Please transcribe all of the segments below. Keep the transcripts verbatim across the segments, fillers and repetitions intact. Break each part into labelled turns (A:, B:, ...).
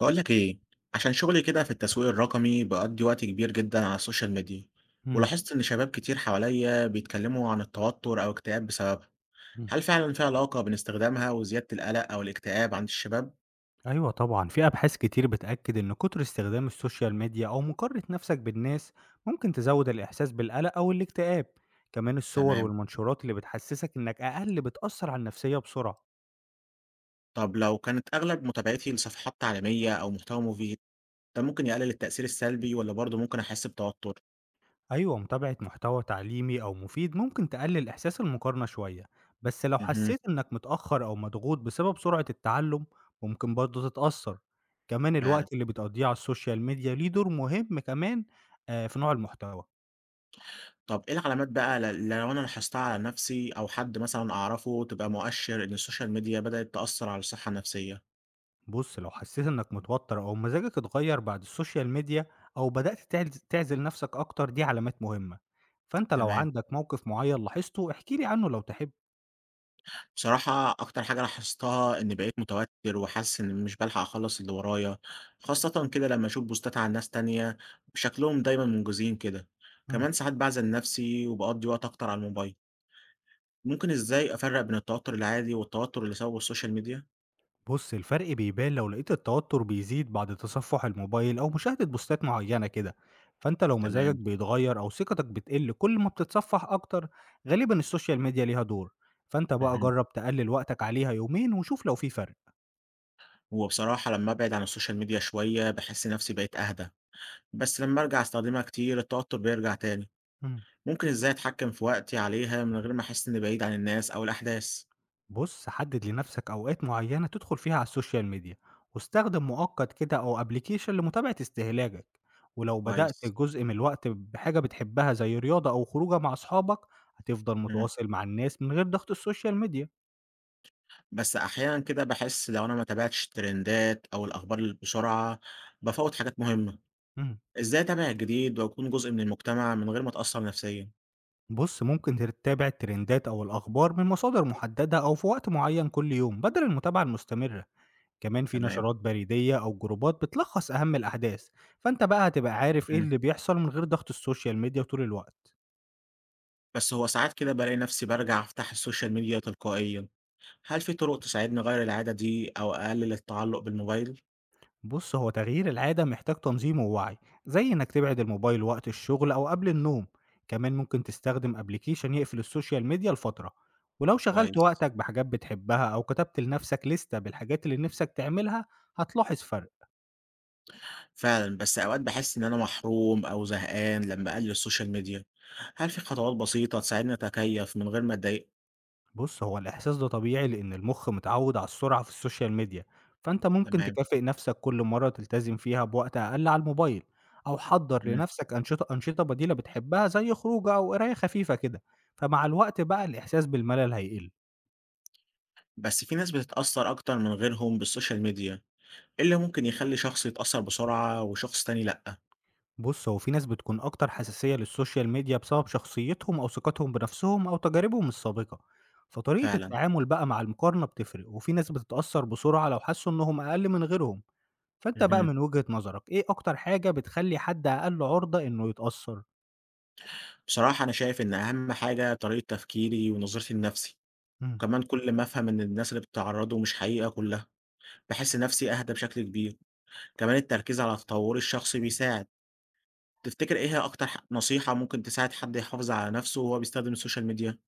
A: بقول لك ايه. عشان شغلي كده في التسويق الرقمي بقضي وقت كبير جدا على السوشيال ميديا.
B: إمم،
A: ولاحظت ان شباب كتير حواليا بيتكلموا عن التوتر او اكتئاب بسببها.
B: إمم.
A: هل فعلا في علاقة بين استخدامها وزيادة القلق او الاكتئاب عند الشباب؟
B: أيوه طبعًا، في أبحاث كتير بتأكد إن كتر استخدام السوشيال ميديا أو مقارنة نفسك بالناس ممكن تزوّد الإحساس بالقلق أو الاكتئاب، كمان الصور
A: تمام.
B: والمنشورات اللي بتحسسك إنك أقل بتأثّر على النفسية بسرعة.
A: طب لو كانت اغلب متابعتي لصفحات تعليمية او محتوى مفيد، ده ممكن يقلل التأثير السلبي ولا برضه ممكن احس بتوتر؟
B: أيوه، متابعة محتوى تعليمي أو مفيد ممكن تقلل إحساس المقارنة شوية، بس لو
A: امم
B: حسيت إنك متأخّر أو مضغوط بسبب سرعة التعلُّم ممكن برضه تتأثّر، كمان
A: فعلا.
B: الوقت اللي بتقضّيه على السوشيال ميديا ليه دور مهم كمان آآ في نوع المحتوى.
A: طب ايه العلامات بقى، ل- لو انا لاحظتها على نفسي او حد مثلا اعرفه، تبقى مؤشر ان السوشيال ميديا بدأت تأثر على الصحة النفسية؟
B: بُص، لو حسيت إنك متوتر أو مزاجك اتغير بعد السوشيال ميديا أو بدأت تعز تعزل نفسك أكتر دي علامات مهمة، فأنت لو
A: تمام.
B: عندك موقف معين لاحظته احكِ لي عنه لو تحب.
A: بصراحة أكتر حاجة لاحظتها إني بقيت متوتر وحاسس إني مش بلحق أخلص اللي ورايا، خاصة كده لما أشوف بوستات عن ناس تانية شكلهم دايما منجزين كده،
B: إمم.
A: كمان ساعات بعزل نفسي وبقضي وقت أكتر على الموبايل، ممكن إزاي أفرق بين التوتر العادي والتوتر اللي سببه السوشيال ميديا؟
B: بُص، الفرق بيبان لو لقيت التوتر بيزيد بعد تصفح الموبايل أو مشاهدة بوستات معينة كده، فأنت لو مزاجك
A: تمام،
B: بيتغير أو ثقتك بتقل كل ما بتتصفح أكتر غالبًا السوشيال ميديا ليها دور، فأنت بقى
A: مهم.
B: جرب تقلل وقتك عليها يومين وشوف لو في فرق.
A: هو بصراحة لما أبعد عن السوشيال ميديا شوية بحس نفسي بقيت أهدى، بس لما أرجع أستخدمها كتير التوتر بيرجع تاني،
B: إمم.
A: ممكن إزاي أتحكم في وقتي عليها من غير ما أحس إني بعيد عن الناس أو الأحداث؟
B: بص حدد لنفسك أوقات معينة تدخل فيها على السوشيال ميديا واستخدم مؤقت كده أو أبليكيشن لمتابعة استهلاكك، ولو بدأت
A: كويس.
B: جزء من الوقت بحاجة بتحبها زي رياضة أو خروجة مع أصحابك هتفضل
A: مم.
B: متواصل مع الناس من غير ضغط السوشيال ميديا.
A: بس أحيانا كده باحس لو أنا ما تابعتش الترندات أو الأخبار ال بسرعة، بافوّت حاجات مهمة.
B: مم.
A: إزاي أتابع الجديد وأكون جزء من المجتمع من غير ما أتأثر نفسيًا؟
B: بص ممكن تتابع الترندات أو الأخبار من مصادر محددة أو في وقت معين كل يوم بدل المتابعة المستمرة، كمان في
A: تمام،
B: نشرات بريدية أو جروبات بتلخص أهم الأحداث، فأنت بقى هتبقى عارف إيه
A: إمم.
B: اللي بيحصل من غير ضغط السوشيال ميديا طول الوقت.
A: بس هو ساعات كده بالاقي نفسي بارجع أفتح السوشيال ميديا تلقائيًا. هل في طرق تساعدني أغيّر العادة دي أو أقلل التعلق بالموبايل؟
B: بص هو تغيير العادة محتاج تنظيم ووعي، زي إنك تبعد الموبايل وقت الشغل أو قبل النوم، كمان ممكن تستخدم أبليكيشن يقفل السوشيال ميديا لفترة، ولو شغلت
A: كويس.
B: وقتك بحاجات بتحبها أو كتبت لنفسك لستة بالحاجات اللي نفسك تعملها هتلاحظ فرق.
A: فعلًا، بس أوقات باحس إن أنا محروم أو زهقان لمّا أقلل السوشيال ميديا. هل في خطوات بسيطة تساعدني أتكيّف من غير ما أتضايق؟
B: بُص، هو الإحساس ده طبيعي لإن المُخ متعوّد على السرعة في السوشيال ميديا، فأنت ممكن
A: تمام،
B: تكافئ نَفْسك كل مرّة تلتزم فيها بوقت أقل على الموبايل، أو حضّر
A: إمم.
B: لنَفْسك أنشطة أنشطة بديلة بتحبها زي خروجة أو قراية خفيفة كده، فمع الوقت بقى الإحساس بالملل هيقِل.
A: بس في ناس بتتأثر أكتر من غيرهم بالسوشيال ميديا، إيه اللي ممكن يخلي شخص يتأثر بسرعة وشخص تاني لأ؟
B: بُص، هو في ناس بتكون أكتر حساسية للسوشيال ميديا بسبب شخصيتهم أو ثقتهم بنَفْسهم أو تجاربهم السابقة، فطريقة
A: فعلًا؟
B: التعامل بقى مع المقارنة بتفرق، وفي ناس بتتأثّر بسرعة لو حسّوا إنّهم أقل من غيرهم. فأنت بقى
A: اهم.
B: من وجهة نظرك، إيه أكتر حاجة بتخلّي حد أقل عُرضة إنه يتأثّر؟
A: بصراحة أنا شايف إن أهم حاجة طريقة تفكيري ونظرتي لنفسي،
B: إمم.
A: وكمان كل ما أفهم إن الناس اللي بتعرضه مش حقيقة كلها، باحس نفسي أهدى بشكل كبير، كمان التركيز على تطوري الشخصي بيساعد. تفتكر إيه هي أكتر ح نصيحة ممكن تساعد حد يحافظ على نفسه وهو بيستخدم السوشيال ميديا؟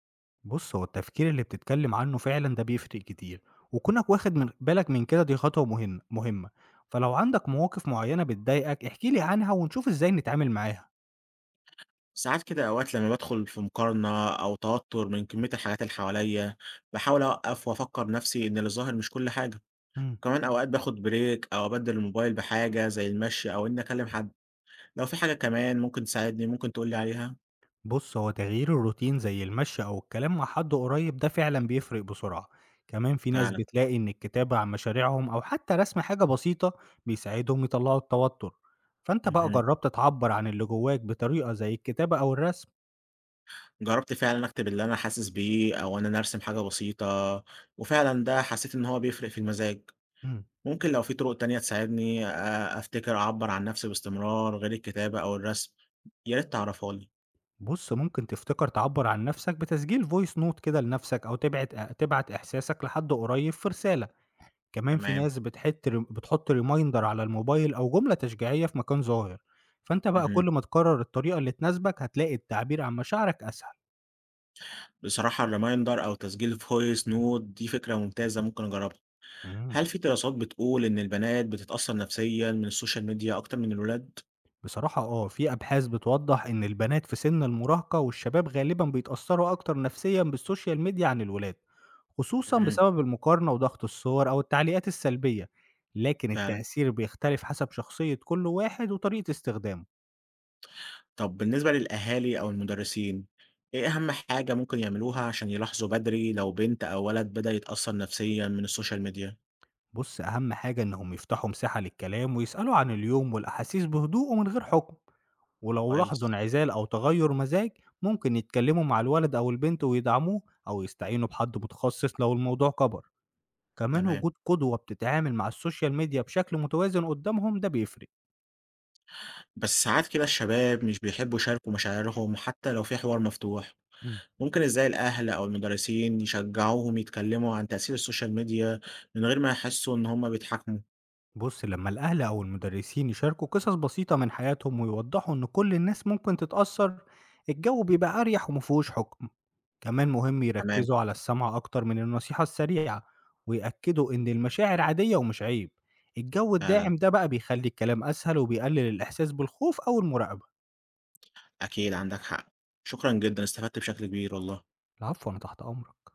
B: بُص، هو التفكير اللي بتتكلّم عنّه فعلًا ده بيفرق كتير، وكونك واخد من بالك من كده دي خطوة مهن مهمة، فلو عندك مواقف معيّنة بتضايقك، احكِ لي عنها ونشوف إزاي نتعامل معاها.
A: ساعات كده أوقات لمّا بادخل في مقارنة أو توتر من كمية الحاجات اللي حواليّا، باحاول أوقّف وأفكّر نفسي إن اللي ظاهر مش كل حاجة،
B: إمم.
A: وكمان أوقات باخد بريك أو أبدّل الموبايل بحاجة زي المشي أو إنّي أكلم حد، لو في حاجة كمان ممكن تساعدني ممكن تقول لي عليها؟
B: بص هو تغيير الروتين زي المشي أو الكلام مع حد قريب ده فعلا بيفرق بسرعة، كمان في ناس
A: فعلًا،
B: بتلاقي إن الكتابة عن مشاريعهم أو حتى رسم حاجة بسيطة بيساعدهم يطلعوا التوتر، فأنت بقى
A: اهم،
B: جربت تعبر عن اللي جواك بطريقة زي الكتابة أو الرسم.
A: جرّبت فعلًا أكتب اللي أنا حاسس بيه أو إن أنا أرسم حاجة بسيطة، وفعلًا ده حسيت إن هو بيفرق في المزاج،
B: مم.
A: ممكن لو في طرق تانية تساعدني آآ أفتكر أعبّر عن نفسي باستمرار غير الكتابة أو الرسم، يا ريت تعرفها لي،
B: بص ممكن تفتكر تعبر عن نفسك بتسجيل فويس نوت كده لنفسك أو تبعت تبعت إحساسك لحد قريب في رسالة، كمان في
A: تمام.
B: ناس بتحت رم بتحط reminder على الموبايل أو جملة تشجيعية في مكان ظاهر، فأنت بقى كل
A: اهم.
B: ما تكرر الطريقة اللي تناسبك هتلاقي التعبير عن مشاعرك أسهل.
A: بصراحة الreminder أو تسجيل voice note دي فكرة ممتازة ممكن أجربها.
B: إمم.
A: هل في دراسات بتقول إن البنات بتتأثر نفسيًا من السوشيال ميديا أكتر من الولاد؟
B: بصراحة آه، في أبحاث بتوضح إن البنات في سن المراهقة والشباب غالبًا بيتأثروا أكتر نفسيًا بالسوشيال ميديا عن الولاد، خصوصًا
A: اهم.
B: بسبب المقارنة وضغط الصور أو التعليقات السلبية، لكن
A: فعلًا.
B: التأثير بيختلف حسب شخصية كل واحد وطريقة استخدامه.
A: طب بالنسبة للأهالي أو المدرسين، إيه أهم حاجة ممكن يعملوها عشان يلاحظوا بدري لو بنت أو ولد بدأ يتأثر نفسيًا من السوشيال ميديا؟
B: بص أهم حاجة إنهم يفتحوا مساحة للكلام ويسألوا عن اليوم والأحاسيس بهدوء ومن غير حكم، ولو لاحظوا
A: كويس،
B: انعزال أو تغير مزاج ممكن يتكلموا مع الولد أو البنت ويدعموه أو يستعينوا بحد متخصص لو الموضوع كبر، كمان
A: تمام.
B: وجود قدوة بتتعامل مع السوشيال ميديا بشكل متوازن قدامهم ده بيفرق.
A: بس ساعات كده الشباب مش بيحبوا يشاركوا مشاعرهم حتى لو في حوار مفتوح.
B: مم.
A: ممكن إزاي الأهل أو المدرسين يشجعوهم يتكلموا عن تأثير السوشيال ميديا من غير ما يحسوا إن هما بيتحكموا؟
B: بص لما الأهل أو المدرسين يشاركوا قصص بسيطة من حياتهم ويوضحوا إن كل الناس ممكن تتأثر الجو بيبقى أريح ومفهوش حكم، كمان مهم
A: تمام.
B: يركزوا على السمع أكتر من النصيحة السريعة ويأكدوا إن المشاعر عادية ومش عيب، الجو
A: فعلا.
B: الداعم ده بقى بيخلي الكلام أسهل وبيقلل الإحساس بالخوف أو المراقبة.
A: أكيد عندك حق. شكرا جدا، استفدت بشكل كبير والله.
B: العفو، أنا تحت أمرك.